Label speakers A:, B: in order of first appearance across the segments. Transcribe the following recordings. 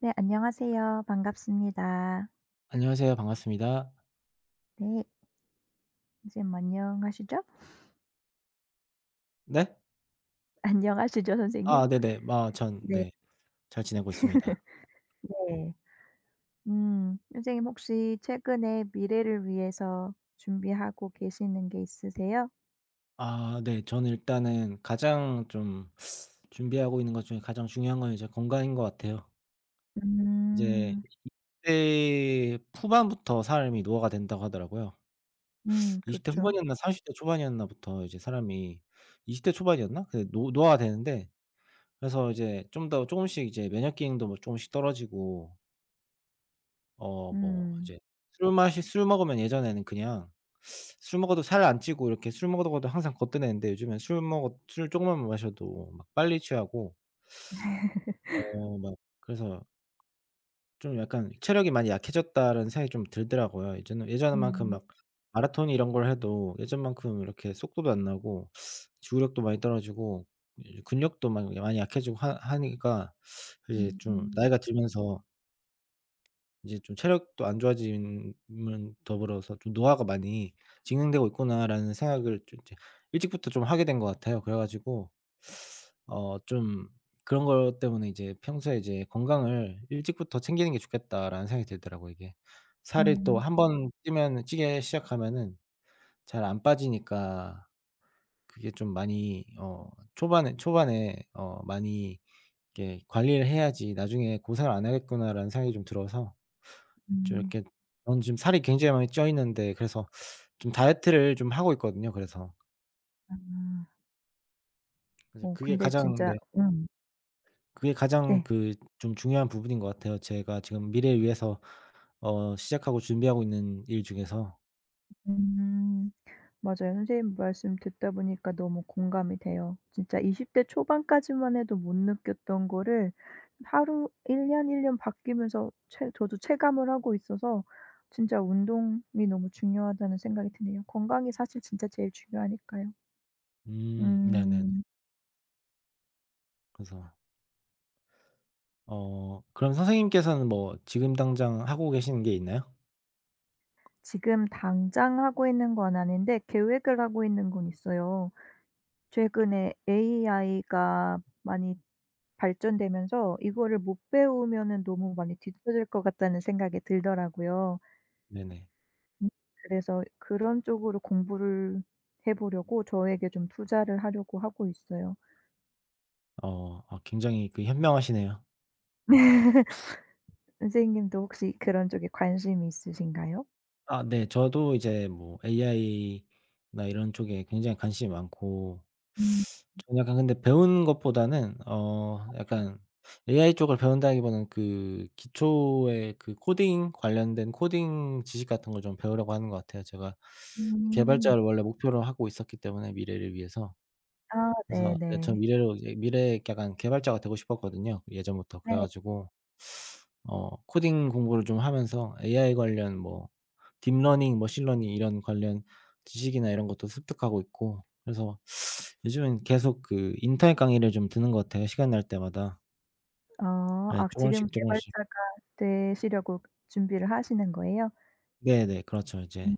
A: 네 안녕하세요. 반갑습니다.
B: 안녕하세요. 반갑습니다.
A: 네. 선생님 안녕하시죠?
B: 네?
A: 안녕하시죠 선생님?
B: 네네. 전
A: 네.
B: 네. 잘 지내고 있습니다.
A: 네. 선생님 혹시 최근에 미래를 위해서 준비하고 계시는 게 있으세요?
B: 네. 저는 일단은 가장 좀 준비하고 있는 것 중에 가장 중요한 건 이제 건강인 것 같아요. 이제
A: 음.
B: 20대 후반부터 사람이 노화가 된다고 하더라고요. 20대
A: 그렇죠.
B: 후반이었나 30대 초반이었나부터 이제 사람이 20대 초반이었나? 그 노 노화가 되는데, 그래서 이제 좀 더 조금씩 이제 면역 기능도 뭐 조금씩 떨어지고 뭐
A: 음.
B: 이제 술 먹으면 예전에는 그냥 술 먹어도 살 안 찌고 이렇게 술 먹어도 항상 거뜬했는데, 요즘엔 술 조금만 마셔도 막 빨리 취하고 막 그래서 좀 약간 '체력이 많이 약해졌다.'라는 생각이 좀 들더라고요. 예전만큼
A: 음.
B: 막 마라톤 이런 걸 해도 예전만큼 이렇게 속도도 안 나고 지구력도 많이 떨어지고 근육도 막 많이 약해지고 하 하니까 이제
A: 음.
B: 좀
A: 음.
B: 나이가 들면서 이제 좀 체력도 안 좋아짐은 더불어서 좀 '노화가 많이 진행되고 있구나.'라는 생각을 좀 이제 일찍부터 좀 하게 된 것 같아요. 그래 가지고 좀 그런 것 때문에 이제 평소에 이제 '건강을 일찍부터 챙기는 게 좋겠다.'라는 생각이 들더라고요 이게. 살이 또
A: 음.
B: 한 번 찌면 찌게 시작하면은 잘 안 빠지니까 그게 좀 많이 초반에 많이 이렇게 '관리를 해야지 나중에 고생을 안 하겠구나.'라는 생각이 좀 들어서 좀
A: 음.
B: 이렇게 저는 지금 살이 굉장히 많이 쪄 있는데, 그래서 좀 다이어트를 좀 하고 있거든요 그래서.
A: 아.
B: 그래서
A: 어
B: 그게
A: 근데
B: 가장,
A: 진짜
B: 네, 그게 가장
A: 네.
B: 그 좀 중요한 부분인 것 같아요. 제가 지금 미래를 위해서 시작하고 준비하고 있는 일 중에서.
A: 음. 맞아요. 선생님 말씀 듣다 보니까 너무 공감이 돼요. 진짜 20대 초반까지만 해도 못 느꼈던 거를 하루 일 년, 일 년 바뀌면서 체 저도 체감을 하고 있어서 진짜 운동이 너무 중요하다는 생각이 드네요. 건강이 사실 진짜 제일 중요하니까요.
B: 네네네.
A: 음.
B: 그래서 그럼 선생님께서는 뭐 지금 당장 하고 계시는 게 있나요?
A: 지금 당장 하고 있는 건 아닌데 계획을 하고 있는 건 있어요. 최근에 AI가 많이 발전되면서 이거를 못 배우면은 너무 많이 뒤처질 것 같다는 생각이 들더라고요.
B: 네네.
A: 음. 그래서 그런 쪽으로 공부를 해 보려고 저에게 좀 투자를 하려고 하고 있어요.
B: 굉장히 그 현명하시네요.
A: 선생님도 혹시 그런 쪽에 관심이 있으신가요?
B: 네. 저도 이제 뭐 AI나 이런 쪽에 굉장히 관심이 많고.
A: 음.
B: 저는 약간 근데 배우는 것보다는 약간 AI 쪽을 배운다기보다는 그 기초의 그 코딩 관련된 코딩 지식 같은 걸 좀 배우려고 하는 것 같아요. 제가
A: 음.
B: 개발자를 원래 목표로 하고 있었기 때문에 미래를 위해서.
A: 아
B: 그래서 이제 저
A: 네네.
B: 미래로 이제 미래 약간 개발자가 되고 싶었거든요 그 예전부터.
A: 네.
B: 그래 가지고 코딩 공부를 좀 하면서 AI 관련 뭐 딥러닝, 머신러닝 이런 관련 지식이나 이런 것도 습득하고 있고, 그래서 요즘은 계속 그 인터넷 강의를 좀 듣는 것 같아요 시간 날 때마다.
A: 어,
B: 예
A: 아
B: 조금씩,
A: 지금
B: 조금씩.
A: 개발자가 되시려고 준비를 하시는 거예요?
B: 네네. 그렇죠
A: 음.
B: 이제.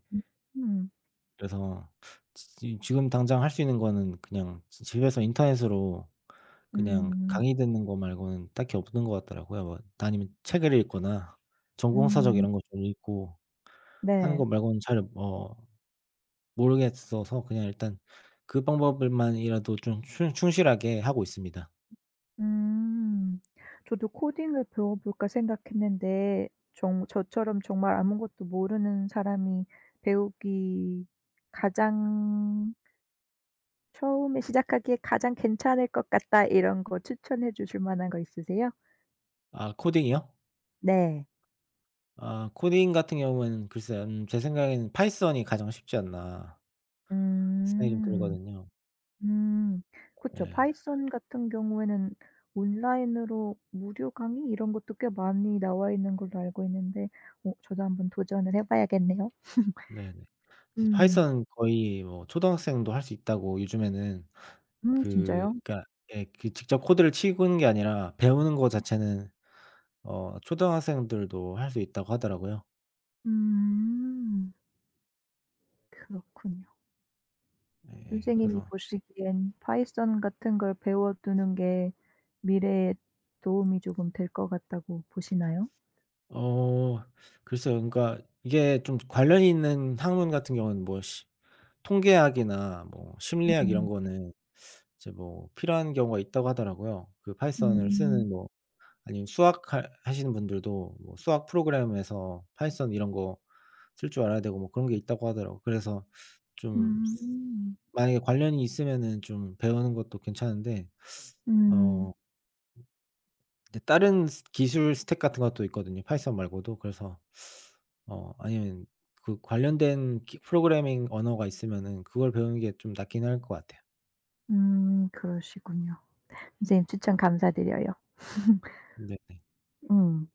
A: 음.
B: 그래서 지 지금 당장 할 수 있는 거는 그냥 지 집에서 인터넷으로 그냥
A: 음.
B: 강의 듣는 거 말고는 딱히 없는 것 같더라고요. 뭐 아니면 책을 읽거나 전공서적
A: 음.
B: 이런 거 좀 읽고 하는
A: 네.
B: 거 말고는 잘 모르겠어서 그냥 일단 그 방법을만이라도 좀 충 충실하게 하고 있습니다.
A: 음. 저도 '코딩을 배워볼까.' 생각했는데 정 저처럼 정말 아무것도 모르는 사람이 배우기 가장 처음에 시작하기에 가장 괜찮을 것 같다 이런 거 추천해 주실 만한 거 있으세요?
B: 아 코딩이요?
A: 네.
B: 아 코딩 같은 경우에는 글쎄요. 제 생각에는 파이썬이 가장 쉽지 않나 생각이 좀
A: 음.
B: 들거든요.
A: 음. 그쵸.
B: 예.
A: 파이썬 같은 경우에는 온라인으로 무료 강의 이런 것도 꽤 많이 나와 있는 걸로 알고 있는데 어 저도 한번 도전을 해 봐야겠네요.
B: 네네. 이제
A: 음.
B: 파이썬은 거의 뭐 초등학생도 할 수 있다고 요즘에는.
A: 진짜요?
B: 그러니까 예, 그 직접 코드를 치는 게 아니라 배우는 거 자체는 초등학생들도 할 수 있다고 하더라고요.
A: 음 그렇군요.
B: 예예.
A: 선생님이
B: 그래서
A: 보시기엔 파이썬 같은 걸 배워두는 게 미래에 도움이 조금 될 것 같다고 보시나요?
B: 어 글쎄요. 그러니까 이게 좀 관련이 있는 학문 같은 경우는 뭐 시 통계학이나 뭐 심리학 이런
A: 음.
B: 거는 이제 뭐 필요한 경우가 있다고 하더라고요. 그 파이썬을
A: 음.
B: 쓰는 뭐 아니면 수학 하 하시는 분들도 뭐 수학 프로그램에서 파이썬 이런 거 쓸 줄 알아야 되고 뭐 그런 게 있다고 하더라고요. 그래서 좀
A: 음.
B: 만약에 관련이 있으면은 좀 배우는 것도 괜찮은데
A: 음.
B: 어 근데 다른 스 기술 스택 같은 것도 있거든요 파이썬 말고도. 그래서 아니면 그 관련된 기 프로그래밍 언어가 있으면은 그걸 배우는 게 좀 낫긴 할 것 같아요.
A: 그러시군요. 선생님 추천 감사드려요.
B: 근네
A: 음.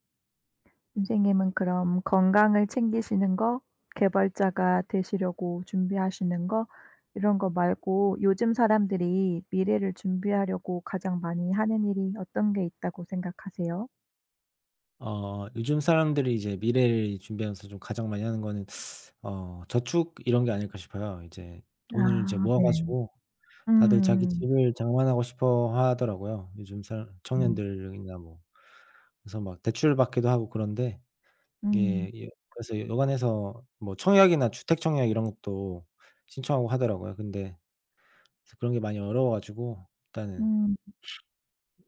A: 선생님은 그럼 건강을 챙기시는 거, 개발자가 되시려고 준비하시는 거 이런 거 말고 요즘 사람들이 미래를 준비하려고 가장 많이 하는 일이 어떤 게 있다고 생각하세요?
B: 어 요즘 사람들이 이제 미래를 준비하면서 좀 가장 많이 하는 거는 저축 이런 게 아닐까 싶어요. 이제 돈을 이제
A: 아
B: 모아
A: 네.
B: 가지고 다들 자기
A: 음.
B: 집을 장만하고 싶어 하더라고요. 요즘 사
A: 음.
B: 청년들이나 뭐. 그래서 막 대출받기도 하고 그런데,
A: 음.
B: 이게 예, 그래서 여관에서 뭐 청약이나 주택 청약 이런 것도 신청하고 하더라고요. 근데 그래서 그런 게 많이 어려워 가지고 일단은
A: 음.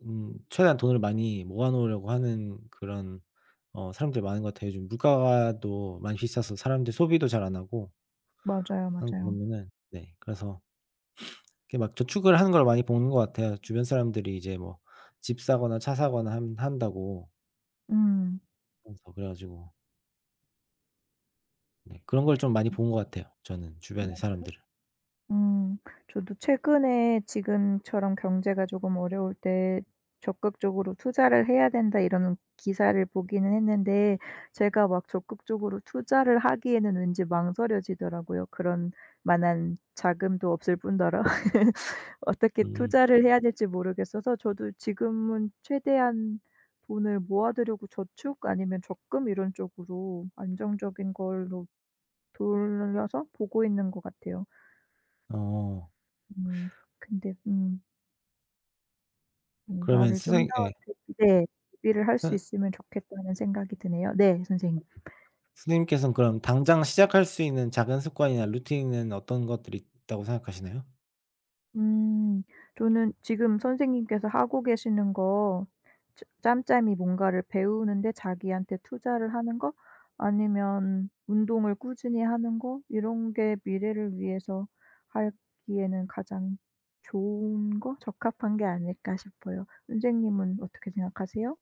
B: 최대한 돈을 많이 모아 놓으려고 하는 그런 사람들이 많은 것 같아요. 요즘 물가도 많이 비싸서 사람들이 소비도 잘 안 하고
A: 맞아요,
B: 하는 거
A: 맞아요.
B: 보면은, 네, 그래서 이렇게 막 저축을 하는 걸 많이 보는 것 같아요. 주변 사람들이 이제 뭐 집 사거나 차 사거나 한 한다고
A: 음.
B: 하면서, 그래 가지고 네, 그런 걸 좀 많이 본 것 같아요 저는
A: 맞아
B: 주변의
A: 요.
B: 사람들을.
A: 음. 저도 최근에 지금처럼 경제가 조금 어려울 때 적극적으로 "투자를 해야 된다." 이런 기사를 보기는 했는데 제가 막 적극적으로 투자를 하기에는 왠지 망설여지더라고요. 그런 만한 자금도 없을 뿐더러 어떻게
B: 음.
A: 투자를 해야 될지 모르겠어서 저도 지금은 최대한 돈을 모아 두려고 저축 아니면 적금 이런 쪽으로 안정적인 걸로 돌려서 보고 있는 것 같아요.
B: 어.
A: 음. 근데 음,
B: 그러면
A: 뭔가를 좀 더
B: 선생 예.
A: 대비 네. 대비를 할 수
B: 선
A: 있으면 좋겠다는 생각이 드네요. 네 선생님.
B: 선생님께서는 그럼 당장 시작할 수 있는 작은 습관이나 루틴은 어떤 것들이 있다고 생각하시나요?
A: 음. 저는 지금 선생님께서 하고 계시는 거 짬 짬짬이 뭔가를 배우는데 자기한테 투자를 하는 거 아니면 운동을 꾸준히 하는 거 이런 게 미래를 위해서 하기에는 가장 좋은 거 적합한 게 아닐까 싶어요. 선생님은 어떻게 생각하세요?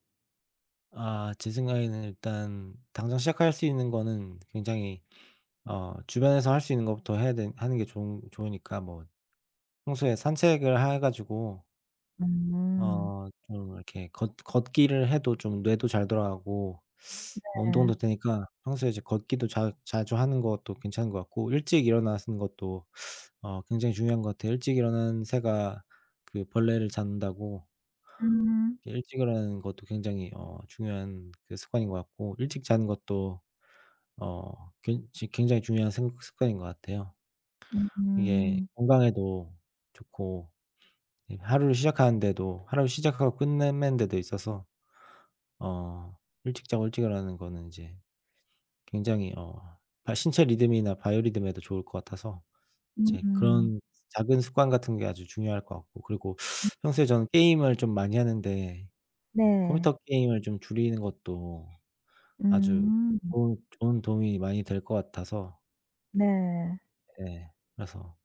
B: 아 제 생각에는 일단 당장 시작할 수 있는 거는 굉장히 주변에서 할 수 있는 것부터 해야 되 하는 게 좋은 좋으니까 뭐 평소에 산책을 해 가지고
A: 음.
B: 좀 이렇게 걷 걷기를 해도 좀 뇌도 잘 돌아가고
A: 네.
B: 운동도 되니까 평소에 이제 걷기도 자 자주 하는 것도 괜찮은 것 같고, 일찍 일어나는 것도 굉장히 중요한 것 같아요. 일찍 일어나는 새가 그 벌레를 잡는다고.
A: 음.
B: 이렇게 일찍 일어나는 것도 굉장히 중요한 그 습관인 것 같고 일찍 자는 것도 굉 굉장히 중요한 생 습관인 것 같아요. 이게
A: 음.
B: 건강에도 좋고, 네, 하루를 시작하는 데도 하루를 시작하고 끝내는 데도 있어서 어 일찍 자고 일찍 일어나는 거는 이제 굉장히 바 신체 리듬이나 바이오 리듬에도 좋을 것 같아서 이제
A: 음음.
B: 그런 작은 습관 같은 게 아주 중요할 것 같고. 그리고 평소에 저는 게임을 좀 많이 하는데
A: 네.
B: 컴퓨터 게임을 좀 줄이는 것도 아주
A: 음.
B: 좋은 도움이 많이 될 것 같아서
A: 네.
B: 예 그래서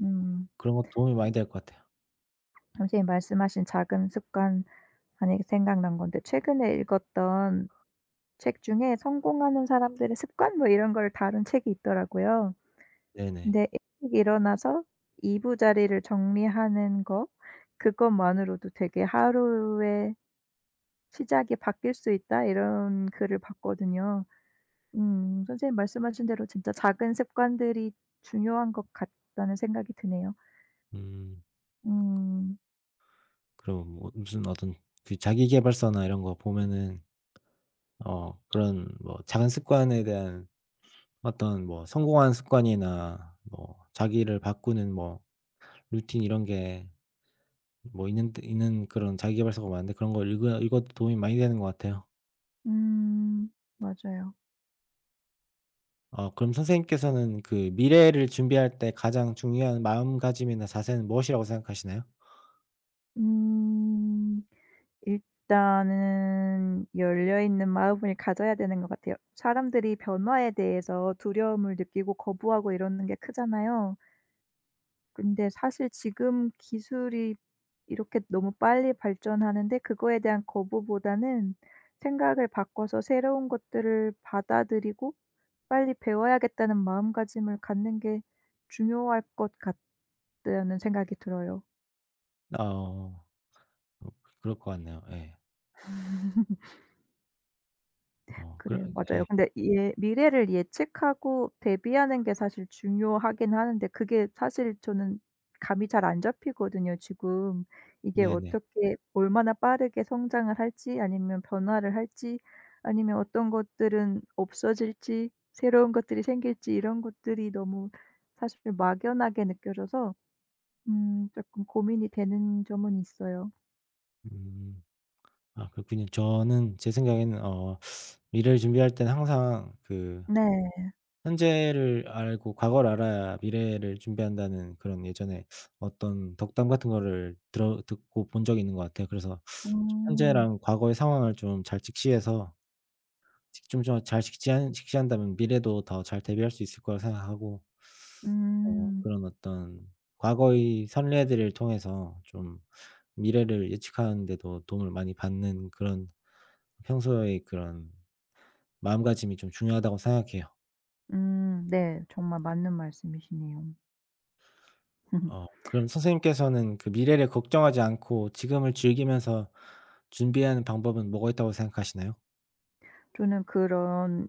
A: 음.
B: 그런 것도 도움이 많이 될 것 같아요.
A: 선생님 말씀하신 작은 습관, 아니 생각난 건데 최근에 읽었던 책 중에 성공하는 사람들의 습관 뭐 이런 걸 다룬 책이 있더라고요.
B: 네네.
A: 근데 일찍 일어나서 이부자리를 정리하는 거 그것만으로도 되게 '하루의 시작이 바뀔 수 있다.' 이런 글을 봤거든요. 음. 선생님 말씀하신 대로 진짜 작은 습관들이 중요한 것 같다는 생각이 드네요.
B: 음
A: 음.
B: 그리고 뭐 무슨 어떤 그 자기계발서나 이런 거 보면은 그런 뭐 작은 습관에 대한 어떤 뭐 성공한 습관이나 뭐 자기를 바꾸는 뭐 루틴 이런 게 뭐 있는 그런 자기 계발서가 많은데, 그런 거 읽어도 도움이 많이 되는 것 같아요.
A: 음. 맞아요.
B: 그럼 선생님께서는 그 미래를 준비할 때 가장 중요한 마음가짐이나 자세는 무엇이라고 생각하시나요?
A: 음. 일단은 열려 있는 마음을 가져야 되는 것 같아요. 사람들이 변화에 대해서 두려움을 느끼고 거부하고 이러는 게 크잖아요. 근데 사실 지금 기술이 이렇게 너무 빨리 발전하는데 그거에 대한 거부보다는 생각을 바꿔서 새로운 것들을 받아들이고 빨리 배워야겠다는 마음가짐을 갖는 게 중요할 것 같다는 생각이 들어요.
B: 어 어 그럴 것 같네요. 예.
A: 그래요.
B: 그런
A: 맞아요.
B: 예.
A: 근데 예 미래를 예측하고 대비하는 게 사실 중요하긴 하는데 그게 사실 저는 감이 잘 안 잡히거든요 지금. 이게
B: 네네.
A: 어떻게 얼마나 빠르게 성장을 할지 아니면 변화를 할지 아니면 어떤 것들은 없어질지 새로운 것들이 생길지 이런 것들이 너무 사실 막연하게 느껴져서 조금 고민이 되는 점은 있어요.
B: 음. 아 그렇군요. 저는 제 생각에는 미래를 준비할 때는 항상 그
A: 네.
B: 현재를 알고 과거를 알아야 미래를 준비한다는 그런 예전에 어떤 덕담 같은 거를 들어 듣고 본 적이 있는 것 같아요. 그래서
A: 음.
B: 현재랑 과거의 상황을 좀 잘 직시해서 직 좀 저 잘 직시한다면 미래도 더 잘 대비할 수 있을 거라 생각하고,
A: 음.
B: 그런 어떤 과거의 선례들을 통해서 좀 미래를 예측하는 데도 도움을 많이 받는, 그런 평소의 그런 마음가짐이 좀 중요하다고 생각해요.
A: 음. 네. 정말 맞는 말씀이시네요.
B: 그럼 선생님께서는 그 미래를 걱정하지 않고 지금을 즐기면서 준비하는 방법은 뭐가 있다고 생각하시나요?
A: 저는 그런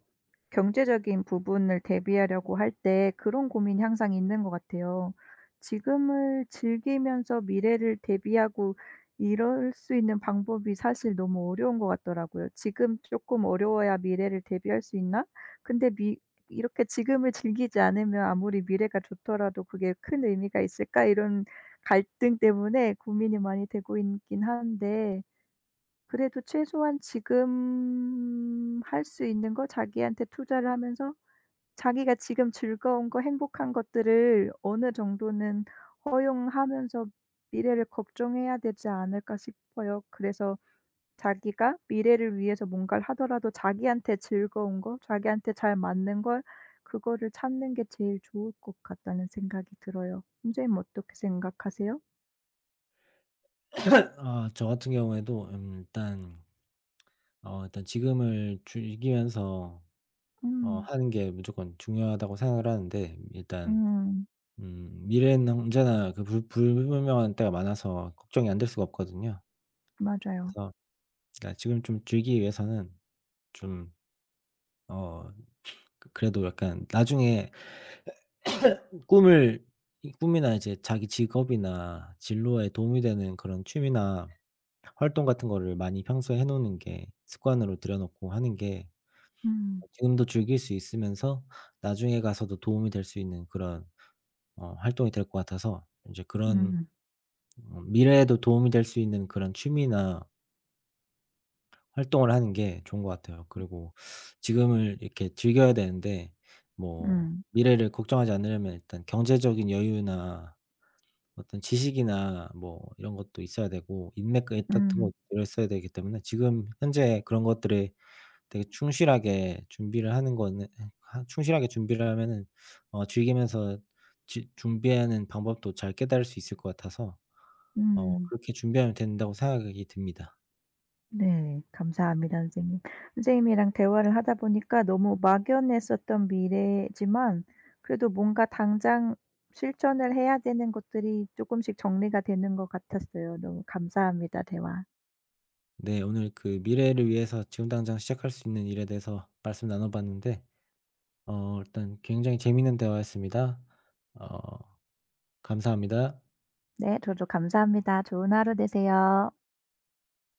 A: 경제적인 부분을 대비하려고 할 때 그런 고민이 항상 있는 것 같아요. 지금을 즐기면서 미래를 대비하고 이럴 수 있는 방법이 사실 너무 어려운 것 같더라고요. '지금 조금 어려워야 미래를 대비할 수 있나?' 근데 미 이렇게 지금을 즐기지 않으면 아무리 미래가 좋더라도 '그게 큰 의미가 있을까?' 이런 갈등 때문에 고민이 많이 되고 있긴 한데 그래도 최소한 지금 할 수 있는 거 자기한테 투자를 하면서 자기가 지금 즐거운 거 행복한 것들을 어느 정도는 허용하면서 미래를 걱정해야 되지 않을까 싶어요. 그래서 자기가 미래를 위해서 뭔가를 하더라도 자기한테 즐거운 거, 자기한테 잘 맞는 걸 그거를 찾는 게 제일 좋을 것 같다는 생각이 들어요. 선생님 어떻게 생각하세요?
B: 아 저 같은 경우에도 일단 일단 지금을 즐기면서
A: 음.
B: 하는 게 무조건 중요하다고 생각을 하는데, 일단
A: 음.
B: 미래는 언제나 그 불 불분명한 때가 많아서 걱정이 안 될 수가 없거든요.
A: 맞아요.
B: 그래서 그러니까 지금 좀 즐기기 위해서는 좀 어 그래도 약간 나중에 꿈을 이 꿈이나 이제 자기 직업이나 진로에 도움이 되는 그런 취미나 활동 같은 거를 많이 평소에 해 놓는 게 습관으로 들여 놓고 하는 게,
A: 음.
B: 지금도 즐길 수 있으면서 나중에 가서도 도움이 될 수 있는 그런 활동이 될 것 같아서 인제 그런
A: 음.
B: 미래에도 도움이 될 수 있는 그런 취미나 활동을 하는 게 좋은 것 같아요. 그리고 지금을 이렇게 즐겨야 되는데 뭐
A: 음.
B: 미래를 걱정하지 않으려면 일단 경제적인 여유나 어떤 지식이나 뭐 이런 것도 있어야 되고 인맥 그 같은
A: 음.
B: 것도 들어있어야 되기 때문에 지금 현재 그런 것들에 되게 충실하게 준비를 하는 거는 하 충실하게 준비를 하면은 즐기면서 지 준비하는 방법도 잘 깨달을 수 있을 것 같아서
A: 음.
B: 그렇게 준비하면 된다고 생각이 듭니다.
A: 네. 감사합니다 선생님. 선생님이랑 대화를 하다 보니까 너무 막연했었던 미래지만 그래도 뭔가 당장 실천을 해야 되는 것들이 조금씩 정리가 되는 것 같았어요. 너무 감사합니다 대화.
B: 네 오늘 그 미래를 위해서 지금 당장 시작할 수 있는 일에 대해서 말씀 나눠 봤는데 일단 굉장히 재미있는 대화였습니다. 어 감사합니다.
A: 네. 저도 감사합니다. 좋은 하루 되세요.